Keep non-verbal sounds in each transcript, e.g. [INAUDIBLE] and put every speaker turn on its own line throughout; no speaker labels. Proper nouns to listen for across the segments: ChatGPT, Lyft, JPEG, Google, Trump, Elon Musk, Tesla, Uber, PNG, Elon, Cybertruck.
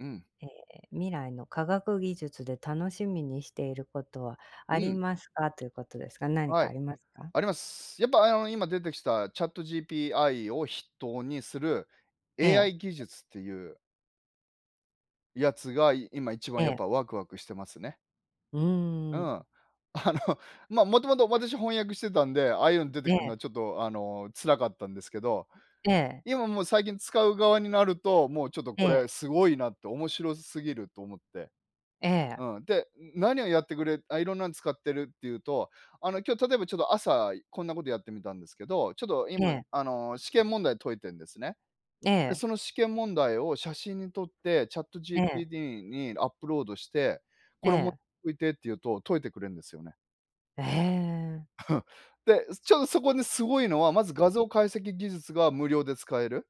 うん。
え未来の科学技術で楽しみにしていることは
う
あり
ん。
ますか？ということですが、何
は
か
い、
ありますか？
あります。やっぱ、今出てきたチャット g p i を筆頭にする
ええ、
AI 技術っていうやつが、今一番
え
やっ
え、
ぱワクワクしてますね。
うー
うん。
ん。
[LAUGHS] まあ、もともと私翻訳してたんで、ああいうの出て
え
くるの
え、
はちょっと、辛かったんですけど、
ええ、
今もう最近使う側になると、もうちょっと
え
こ
え、
れすごいなって、面白すぎると思って、
ええ、
うん。で、何をやってくれあ、いろんなの使ってるっていうと、今日例えばちょっと朝、こんなことやってみたんですけど、ちょっと
え
今、
え、
試験問題解いてんですね。
え
で、
え、
その試験問題を写真に撮って、チャット
え
g p
え、
t にアップロードして、こ
え
れも
え、
解いてって言うと、解いてくれるんですよね。
ええ、
で、ちょっとそこですごいのは、まず画像解析技術が無料で使える。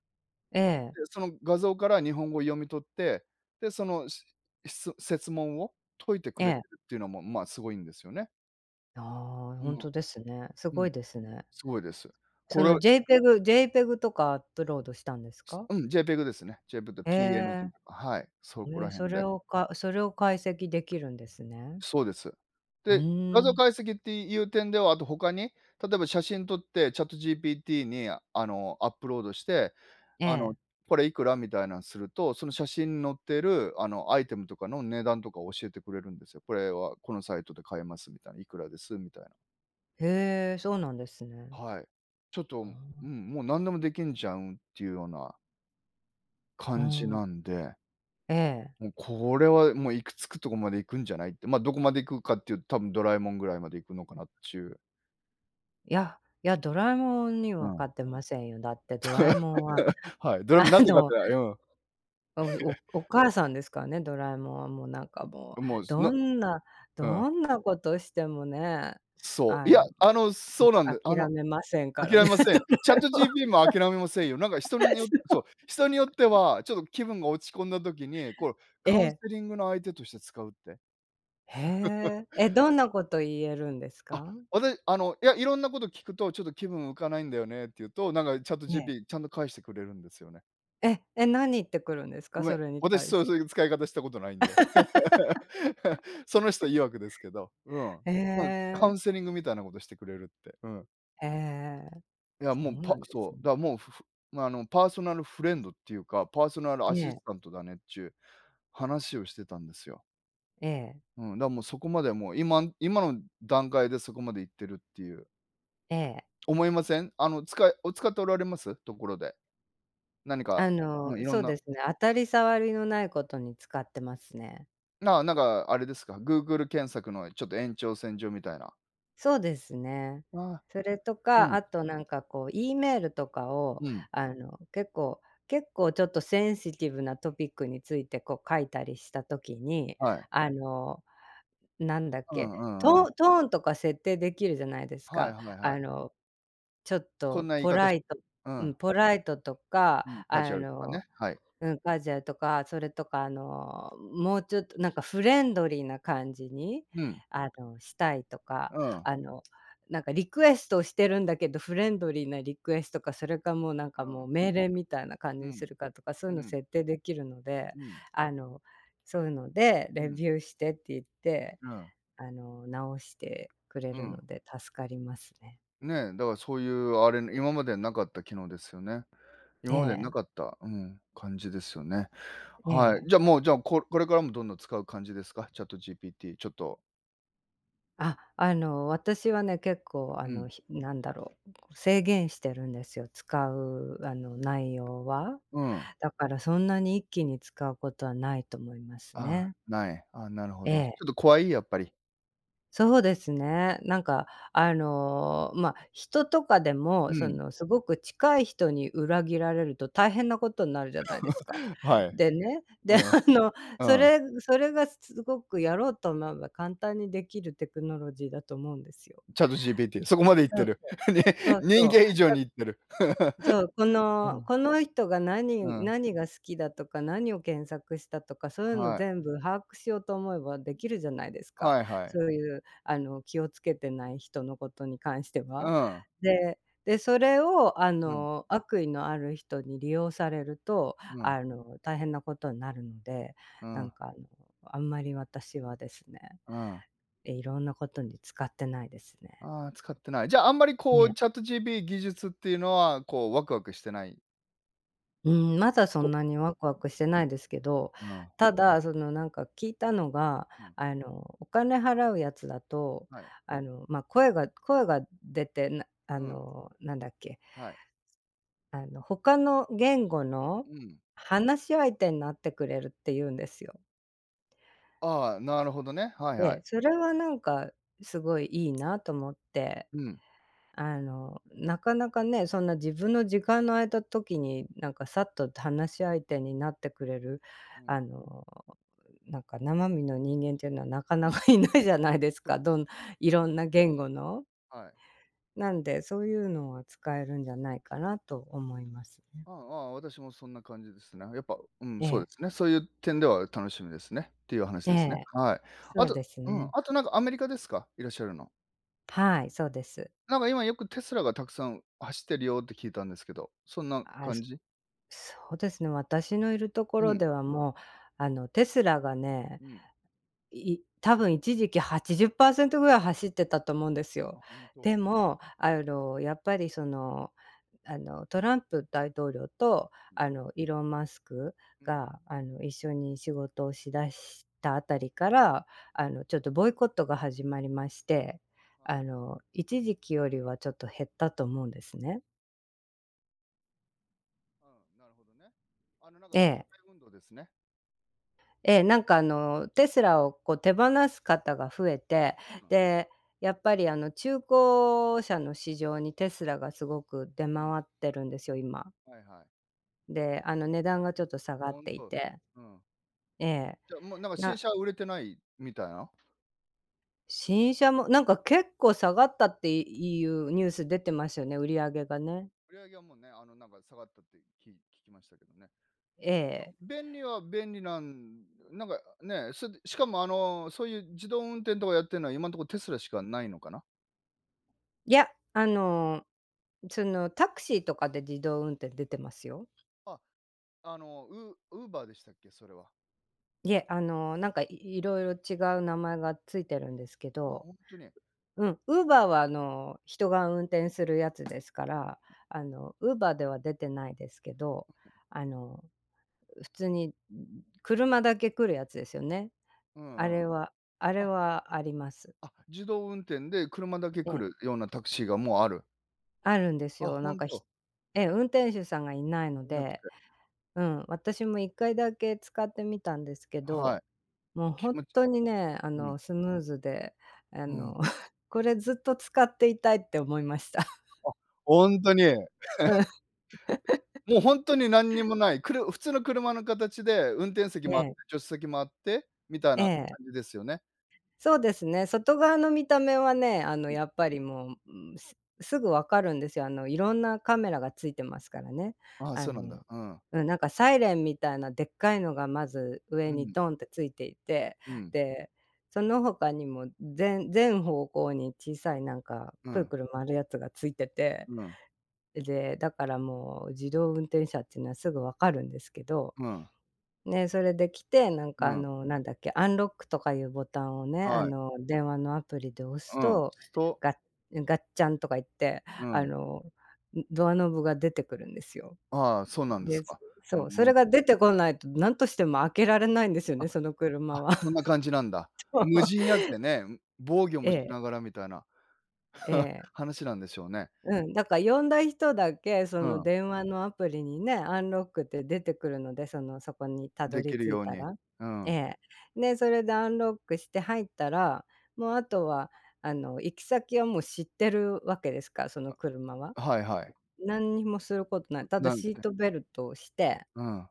ええ、
で、その画像から日本語を読み取って、で、その質質問を解いてく
え
れてる
え。
っていうのも、まあ、すごいんですよね。
ああ、
う
本
ん。
当ですね。す
う
ご
ん、
いですね。
すごいです。
そ
これ
の JPEG とかアップロードしたんですか？
を、うん、JPEG ですね。JPEG と
え
PNG
え。
とか、はい、そこ
え
ら
え、
辺で。
それを解析できるんですね。
そうです。
う
で、画像
ーん。
解析っていう点では、あと他に、例えば写真撮って ChatGPT に、アップロードして、
え
あの、
え。
これいくらみたいなんすると、その写真に載ってる、アイテムとかの値段とか教えてくれるんですよ。これはこのサイトで買えますみたいな、いくらですみたいな。
へえ、そうなんですね。
はい。ちょっと、
う
う
ん。
ん、もう何でもできんじゃんっていうような
う
感じ
ん、
なんで、
ええ。
もうこれはもう行くつくとこまで行くんじゃないって、ま、どこまで行くかっていうと、多分ドラえもんぐらいまで行くのかなっちゅう。
いや、いや、ドラえもんに
う
は
ん。
勝ってませんよ。だってドラえもんは、
[LAUGHS] はい、ド
[LAUGHS]
ラえも
あ
んなぜかって
の、
ない。
お母さんですからね。ドラえもんはもうなんかも
う
う、
ん、もう、
ど
の、
んな
うん、
どんなことしてもね、
そう。い
あ
や、
の、
そうなんで、
諦めませんか
諦
ら
め
ね。
ません。チャット g p
[LAUGHS]
も諦めませんよ。なんか人によってそう、人によっては、ちょっと気分が落ち込んだ時に、これ
え
カウンセ
え。
リングの相手として使うって。
へえ。え、どんなこと言えるんです
あ、
か？
私、いや、いろんなこと聞くと、ちょっと気分浮かないんだよねって言うと、なんか c h a t
え
g
え。
p ちゃんと返してくれるんですよね。
え、え、何言ってくるんです
ご
か？
め
そ
ん、
れに
私
対
そ
し
う
て。
そういう使い方したことないんで。[LAUGHS] その人曰くですけど、うん。
え
なんかカウン
え。
セリングみたいなことしてくれるって。うん。
へえええ。
いや、
そ
もう、
うなんです
そ
ね。
う、だ、もう、ふふ、まあ、パーソナルフレンドっていうか、パーソナルア
え
シス
え、
タントだねっていう話をしてたんですよ。
ええ、
うん、だ、もうそこまでもう、今の段階でそこまでいってるっていう。
ええ。
思いません？お使っておられます？ところで。何か、うん、いろ
そ
ん
う
な。
ですね、当たり障りのないことに使ってますね。
なんかあれですか、Google 検索のちょっと延長線上みたいな。
そうですね。
あ、
それと
う
か、
ん、
あとなんかこう E メールとかを、
うん、
あの、結構結構ちょっとセンシティブなトピックについてこう書いたりした時に、
はい。
あの、なんだっ
う
け、
んうんうん。
トーンとか設定できるじゃないです
はい
か。
はいはい。
ちょっ
こん
と
な言い
ポ
方
ラ
し
イト、
う
うん、
ん、
ポライトとか、
うん、カジュアルとかね、はい。
カジュアルとか、それとか、もうちょっとなんかフレンドリーな感じに、
うん、
したいとか、
うん、
あの、なんかリクエストをしてるんだけど、フレンドリーなリクエストか、それかもうなん
う
かもう
ん、
命令みたいな感
う
じに
ん、
するかとか、そう
う
いうの
ん、
設定できるので、
うん、
あの、そういうのでレビューしてって言って、
うん、
直してくれ
う
る
ん。
ので助かりますね。
ね、だからそういうあれ、今までなかった機能ですよね。
え
今までな
え、
かった、うん、感じですよね。
え
はい。
え。
じゃあもう、じゃあ、これからもどんどん使う感じですか、チャット g p t ちょっと、
あ、私はね、結構、
うん、
なんだろう、制限してるんですよ、使う、内容は。
うん。
だからそんなに一気に使うことはないと思います
ああ、
ね。
ない。ああ、なるほ
え
ど。ちょ
え。
っと怖い？やっぱり。
そうですね。なんか、ま、人とかで
う
も、そ
ん。
の、すごく近い人に裏切られると大変なことになるじゃないですか。
[LAUGHS] はい。
でね、で、
うん、うん。
の、それがすごくやろうと思えば簡単にできるテクノロジーだと思うんですよ。
チャット g p t そこまでいっ
そ
て
う
る。
そう。
[LAUGHS] ね、
そう
人
そう。
間以上
だ
にいってる。
そう、こ
[LAUGHS] う
の
ん、
この人が、
う
何
ん、
何が好きだとか、何を検索したとか、そういうの
はい。
全部把握しようと思えばできるじゃないですか。
はいはい。
そういう、気をつけてない人のことに関して
う
は。
ん、
でで、それを、
うん、
悪意のある人に利用されると、
うん、
大変なことになるので、
う
なん
ん、
かあんまり私はですね、
うん。
いろんなことに使ってないですね。
ああ、使ってない。じゃあ、あんまりこう
え
チャット g p t 技術っていうのは、こうワクワクしてない。
うん、まだそ
と
んなにワクワクしてないですけど、
うん、
ただ、その、なんか聞いたのが、
うん、
お金払うやつだと、
はい、
ま、声が出て、なあ
うん、
の、なんだっけ、
はい、
他の言語の
うん。
話し相手になってくれるって言うんですよ。
ああ、なるほどね。はいは
で、
い。
それはなんかすごいいいなと思って。
うん、
なかなかね、そんな自分の時間の空いた時に、なんかさっと話し相手になってくれる、
う
あ
ん、
の、なんか生身の人間っていうのはなか
う
な
ん。
かいないじゃないです
そ
か。
うです
ど
ね。
んい
う
ろ
ん、
んな言語の。
はい。
なんで、そういうのは使えるんじゃないかなと思いますね。
ああああ、私もそんな感じですね。やっぱ、うん、
え
そうで
え。
すね。そういう点では楽しみですねっていう話
え
ですね。
え、
はい。あ
そう
と
です
うん、
ね。
あとなんかアメリカですか？いらっしゃるの。
はい、そうです。
なんか今よくテスラがたくさん走ってるよって聞いたんですけど、そんな
あ、
感
そ
じ？
そうですね、私のいるとこ
う
ろ
ん、
ではもう、テスラがね、
うん。
多分一時期80%ぐらい走ってたと思うんですよ。
あ、本当。
でも、やっぱりその、トランプ大統領と、
うん、
イーロン・マスク
うん、
が、一緒に仕事をしだしたあたりから、ちょっとボイコットが始まりまして、
はい。
一時期よりはちょっと減ったと思うんですね。
うん、なるほどね。なんか
え
機
え。
械運動ですね。
ええ、なんかテスラをこう手放す方が増えて、
うん、
で、やっぱり中古車の市場にテスラがすごく出
うん、
回ってるんですよ、今。
はいはい。
で、値段が
う
ち
ん、
ょっと下がっ
ほん
てい
と。
て。
うん。
ええ。
じゃあもうなんか新
な
車は売れてないみたいな？
新車もなんか結構下がったっていうニュース出てますよね、売り上げがね。
売り上げはもうね、なんか下がったって聞きましたけどね。
ええ。
便利は便利なん、なんかね、しかも、そういう自動運転とかやってるのは今のところテスラしかないのかな？
いや、そのタクシーとかで自動運転出てますよ。
あ、ウーバーでしたっけ？それは。
いえ、なんかいろいろ違う名前がついてるんですけ
あ、
ど、
本当に。
うん、ウーバーは人が運転するやつですから、ウーバーでは出てないですけど、あの、普通に、車だけ来るやつですよね。
う
あ
んう
れ
ん。
はあれ
あ、
はあります。
あ、自動運転で車だけ
え
来
え、
るようなタクシーがもうある。
あるんです
あ、
よ。なん
本
か、ひ
当。
ええ、運転手さんがいないの
なくて。
で、うん、私も1回だけ使ってみたんですけ
は
ど、
い。
もう
気
本
持ち、
当にね、
うん、
スムーズで、あ
うん。
の [LAUGHS]、これずっと使っていたいって思いました。
あ、本当に。
[LAUGHS]
もう本当に何にもない、普通の車の形で運転席
うん、え
もあって、
え、
助手席もあってみたい
え
な
え。
感じですよね。
そうですね、外側の見た目はね、やっぱりもう、すぐわかるんですよ。いろんなカメラがついてますからね。
ああ、
あ
そうなん
の、
だ。うん。
うん、なんかサイレンみたいなでっかいのがまず
う
上に
ん、
ドンってついていて、
うん。
で、その他にも全方向に小さいなんか
う
くる
ん、
くる回るやつがついてて、
うん、
で、だからもう自動運転車っていうのはすぐわかるんですけど
うん、
ね、それで来て、なん
う
か
ん、
なんだっけ、アンロックとかいうボタンをね、
はい、
電話のアプリで押
う
す
ん、お
と、
酢と、
ガッガッチャンとか言って、
う
あ
ん、
の、ドアノブが出てくるんですよ。
ああ、そうなんです
で、
か。うんう
そう、それ
ん。
が出てこないと、なんとしても開けられないんですよね、その
あ、
車は。
そんな感じなんだ。無人
[LAUGHS]
やけね、防御
え
もし
え、
ながらみたいな
え
[LAUGHS]
え。
話なんでしょうね。
うん、だから呼んだ人だけ、そ
う
の
ん、
電話のアプリにね、アンロックって出てくるので、その、そこにたど
でき
り
る
着い
よう
た
に。
ら。
う
え
ん、
え。で、それでアンロックして入ったら、もうあとは、行き先はもう知ってるわけですから、その車は。
はいはい。
何にもすることない。ただ
なん
シー
て
トベルトをして、
うん、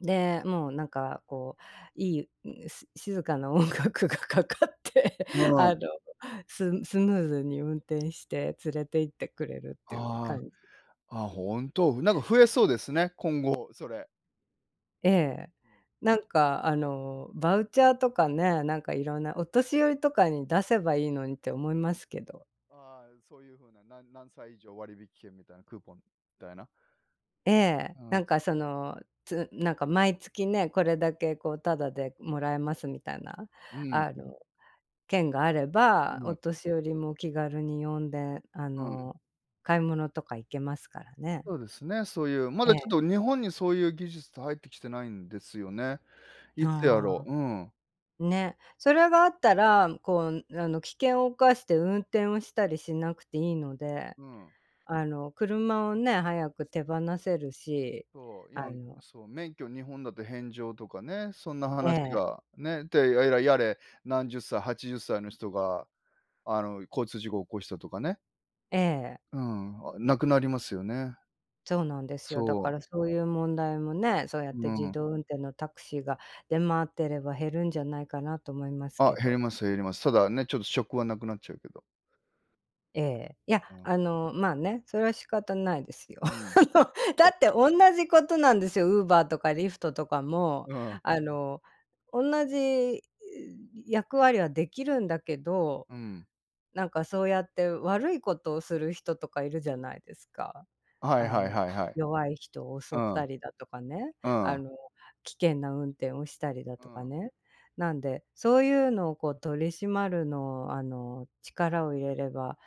で、もうなんかこう、いい、ん、し静かな音楽がかかって、[LAUGHS]
うん、
あの、ムーズに運転して連れて行ってくれるっていう
あ
感じ。
あ、あ、本当、なんか増えそうですね、今後、それ。
ええ。
うん、
なんかバウチャーとかね、なんかいろんなお年寄りとかに出せばいいのにって思いますけど。
ああ、そういう風な、何歳以上割引券みたいなクーポンみたいな。
ええ、
うん、
なんかその、なんか毎月ね、これだけこうタダでもらえますみたいな、
うん、
あの、券があれ
う
ば、
ん、
お
う
年寄りも気軽に呼んで、
ん。
買い物とか行けますからね。
そうですね、そういう、ま
え
だち
え、
ょっと日本にそういう技術って入ってきてないんですよね。いつやろ
あ
う、うん、
あ、ね。それがあったら、こう、危険を冒して運転をしたりしなくていいので、
うん。
車をね、早く手放せるし、
そう、
あ
今、
の
そう、免許日本だと返上とかね、そんな
え
話
え、
が、ね、で、やれやれ、何十歳、80歳の人が、交通事故を起こしたとかね、
ええ、
うん、あ、なくなりますよね。
そうなんですよ。
そ
だからそういう問題もね、そうやっ
う、
て
う
自
ん。
動運転のタクシーが出回ってれば減るんじゃないかなと思います
あ、
け
減り
ど。
ます減ります。ただね、ちょっと職はなくなっちゃうけど。
ええ、いや、
うん、
まあね、それは仕方ないですよ。[LAUGHS]
うん、
だ
そ
って同じことなんですよ、Uber とか l フ f t とかも、
う、うん、
あの、同じえー役割はできるんだけど、
うん。
なんかそうやって悪いことをする人とかいるじゃないですか。
はい
あ
はい
の、
はいはい。
弱い人を襲
う
った
ん、
りだとかね、
う
あ
ん、
の、危険な運転をしたりだ
う
とか
ん。
ね。なんで、そういうのをこう取り締まるの、力を入れれば、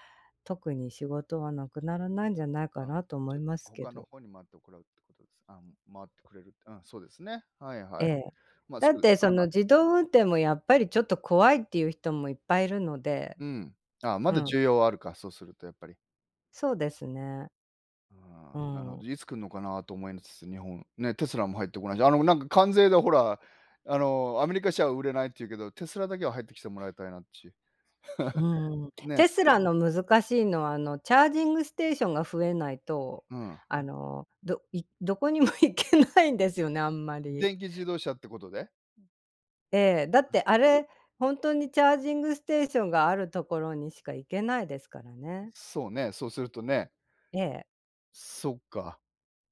特に仕事はなくならないんじゃないか
あ、
なと思
ちょ
い
っと
ますけ
他の
ど。
方に回ってこらうってことです。あ、回ってくれるって、うん、そうですね。はいは
え
い。
え。
まあ、そ
だっ
うで
てその
す、
自動運転もやっぱりちょっと怖いっていう人もいっぱいいるので、
うん、うん。あ、ま
う
だ
ん、
需要はあるか、そうするとやっぱり。
そうですね。
う
う
ん、なるほど。
ん。
いつ来るのかなと思いつつ、日本。ね、テスラも入ってこないし、なんか関税でほら、アメリカ車は売れないって言うけど、テスラだけは入ってきてもらいたいなっち。
うん、
ね、
テスラの難しいのは、チャージングステーションが増えないと、
うん。
どこにも行けないんですよね、あんまり。
電気自動車ってことで？
ええ、だってあれ、ほんとにチャージングステーションがあるところにしか行けないですからね。
そうね、そうするとね。
ええ。
そっか。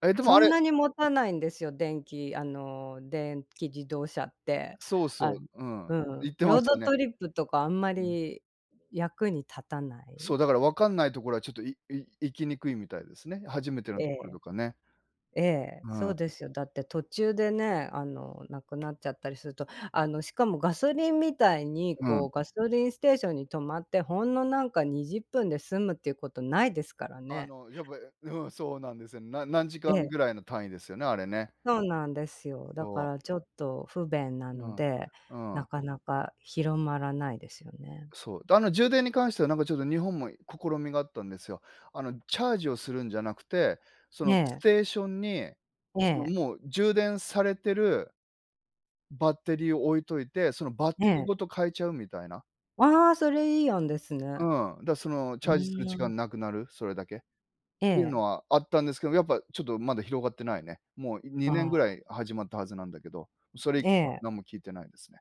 え、でも
そ
あ
ん
れ、
なに持たないんですよ、電気自動車って。
そうそ
あ
う、
ん
うん、
う
言
ん、
ってま
ロー
した
ド
ね。
トリップとかあんまり役に立たな
そ
い。
う、だから分かんないところはちょっと、い行きにくいみたいですね。初めての
え
ところと
え。
かね。
ええ、
う
そ
ん、
うですよ。だって途中でね、なくなっちゃったりすると、しかもガソリンみたいに、
う
こ
ん。
う、ガソリンステーションに止まって、ほんのなんか20分で済むっていうことないですから
あ
ね。
の、やっぱ、[LAUGHS] うん、そうなんですよね。何時間
ええ、
ぐらいの単位ですよね、あれね。
そうなんですよ。だか
そう。
らちょっと不便な
う
の
ん。
で、
う
な
ん。
かなか広まらないですよね。
そう。充電に関してはなんかちょっと日本も試みがあったんですよ。チャージをするんじゃなくて、そ
え
のス
え、
テーションに、
え
その、
え、
もう充電されてるバッテリーを置いといて、そのバッ
え
テリー
え。
ごと変えちゃうみたいな。
ああ、それいい案ですね。
うん、だ、その
う
チャージする時
ーん。
間なくなる、それだけ。
え
ていう
え、
のはあったんですけど、やっぱちょっとまだ広がってないね。もう
あ
2年ぐら
あ、
い始まったはずなんだけど、それ以
え
降は何
え。
も聞いてないですね。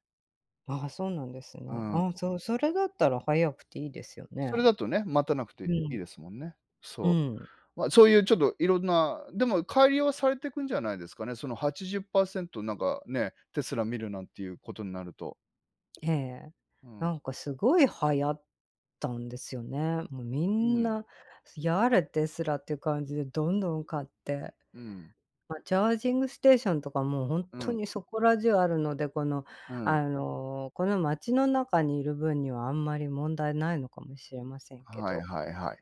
ああ、そうなんです
う
ね。
ん。
ああ、そう、それだったら早くていいですよ
そ
ね。
れだとね、待たなく
う
ていい
ん。
ですもんね。
う
そ
ん。
う。ま、そういうちょっといろんな、でも改良はされてくんじゃないですかね。その80%なんかね、テスラ見るなんていうことになると。
ええ。
うん。
なんかすごい流行ったんですよね。もうみ
う
ん
ん。
な、やれですらっていう感じでどんどん買って。
うん。
まあ、チャージングステーションとかもう本
う
当
ん。
にそこら中あるので、
うん。
この街の中にいる分にはあんまり問題ないのかもしれませんけ
はい
ど。
はいはい。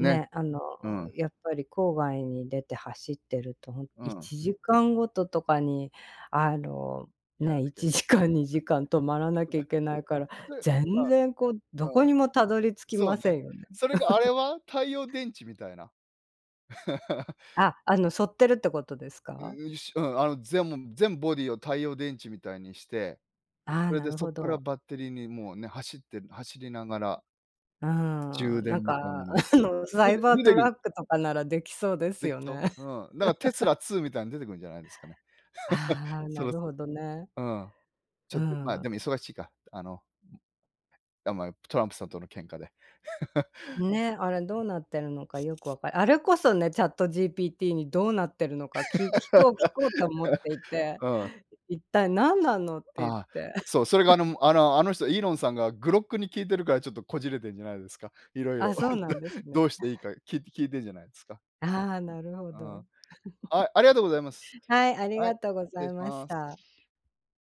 ね。うん。
やっぱり郊外に出て走ってると、ほん
う
い
ん。
ちじかんごととかに、あの、
やら
ね、
なきゃい
1時間、2時間止まらなきゃいけないから、
あ、それあ、
全然こう、ど
あ
こ
あ。
にもたどり着き
そう
ま
ね。
せんよね。
それがあれは太陽電池みたいな。[LAUGHS]
あ、沿ってるってことですか？
うん、うん、全ボディを太陽電池みたいにして、
ああ、
それ
な
で
る
そ
ほ
こから
ど。
バッテリーにもうね、走ってる走りながら
う
充
ーん、な
電
ん
みたいなの
か、
も、
サイバー
出て
ト
くる、
ラックとかならできそうです
でき
よ
そ
ね。
う？
[LAUGHS]
うん。だからテスラ2みたいに出てくるんじゃないですかね。
ああ、
そ
な
ろそ
るほどね。
ろ。うん。ち
う
ょっと、まあ、で
ん。
も忙しいか。あ、まあ、トランプさんとの喧嘩で。
ね、あれどうなってるのかよくわかるあれこそね、チャット g p t にどうなってるのか、聞こうと思っていて、
うん。
一体何なのって言っ
ああ、
て。
そう、それがあの人イーロンさんがグロックに聞いてるからちょっとこじれてんじゃないですか、いろいろ
あ、そうなんです
ど
ね。
うしていいか聞いてんじゃないですか。
ああ、なる
う
ほ
ん。
ど。
はい、ありがとうございます。
はい、あり
は
が
い、
とうご
失
ざ
礼
い
し
まし
ます。
た。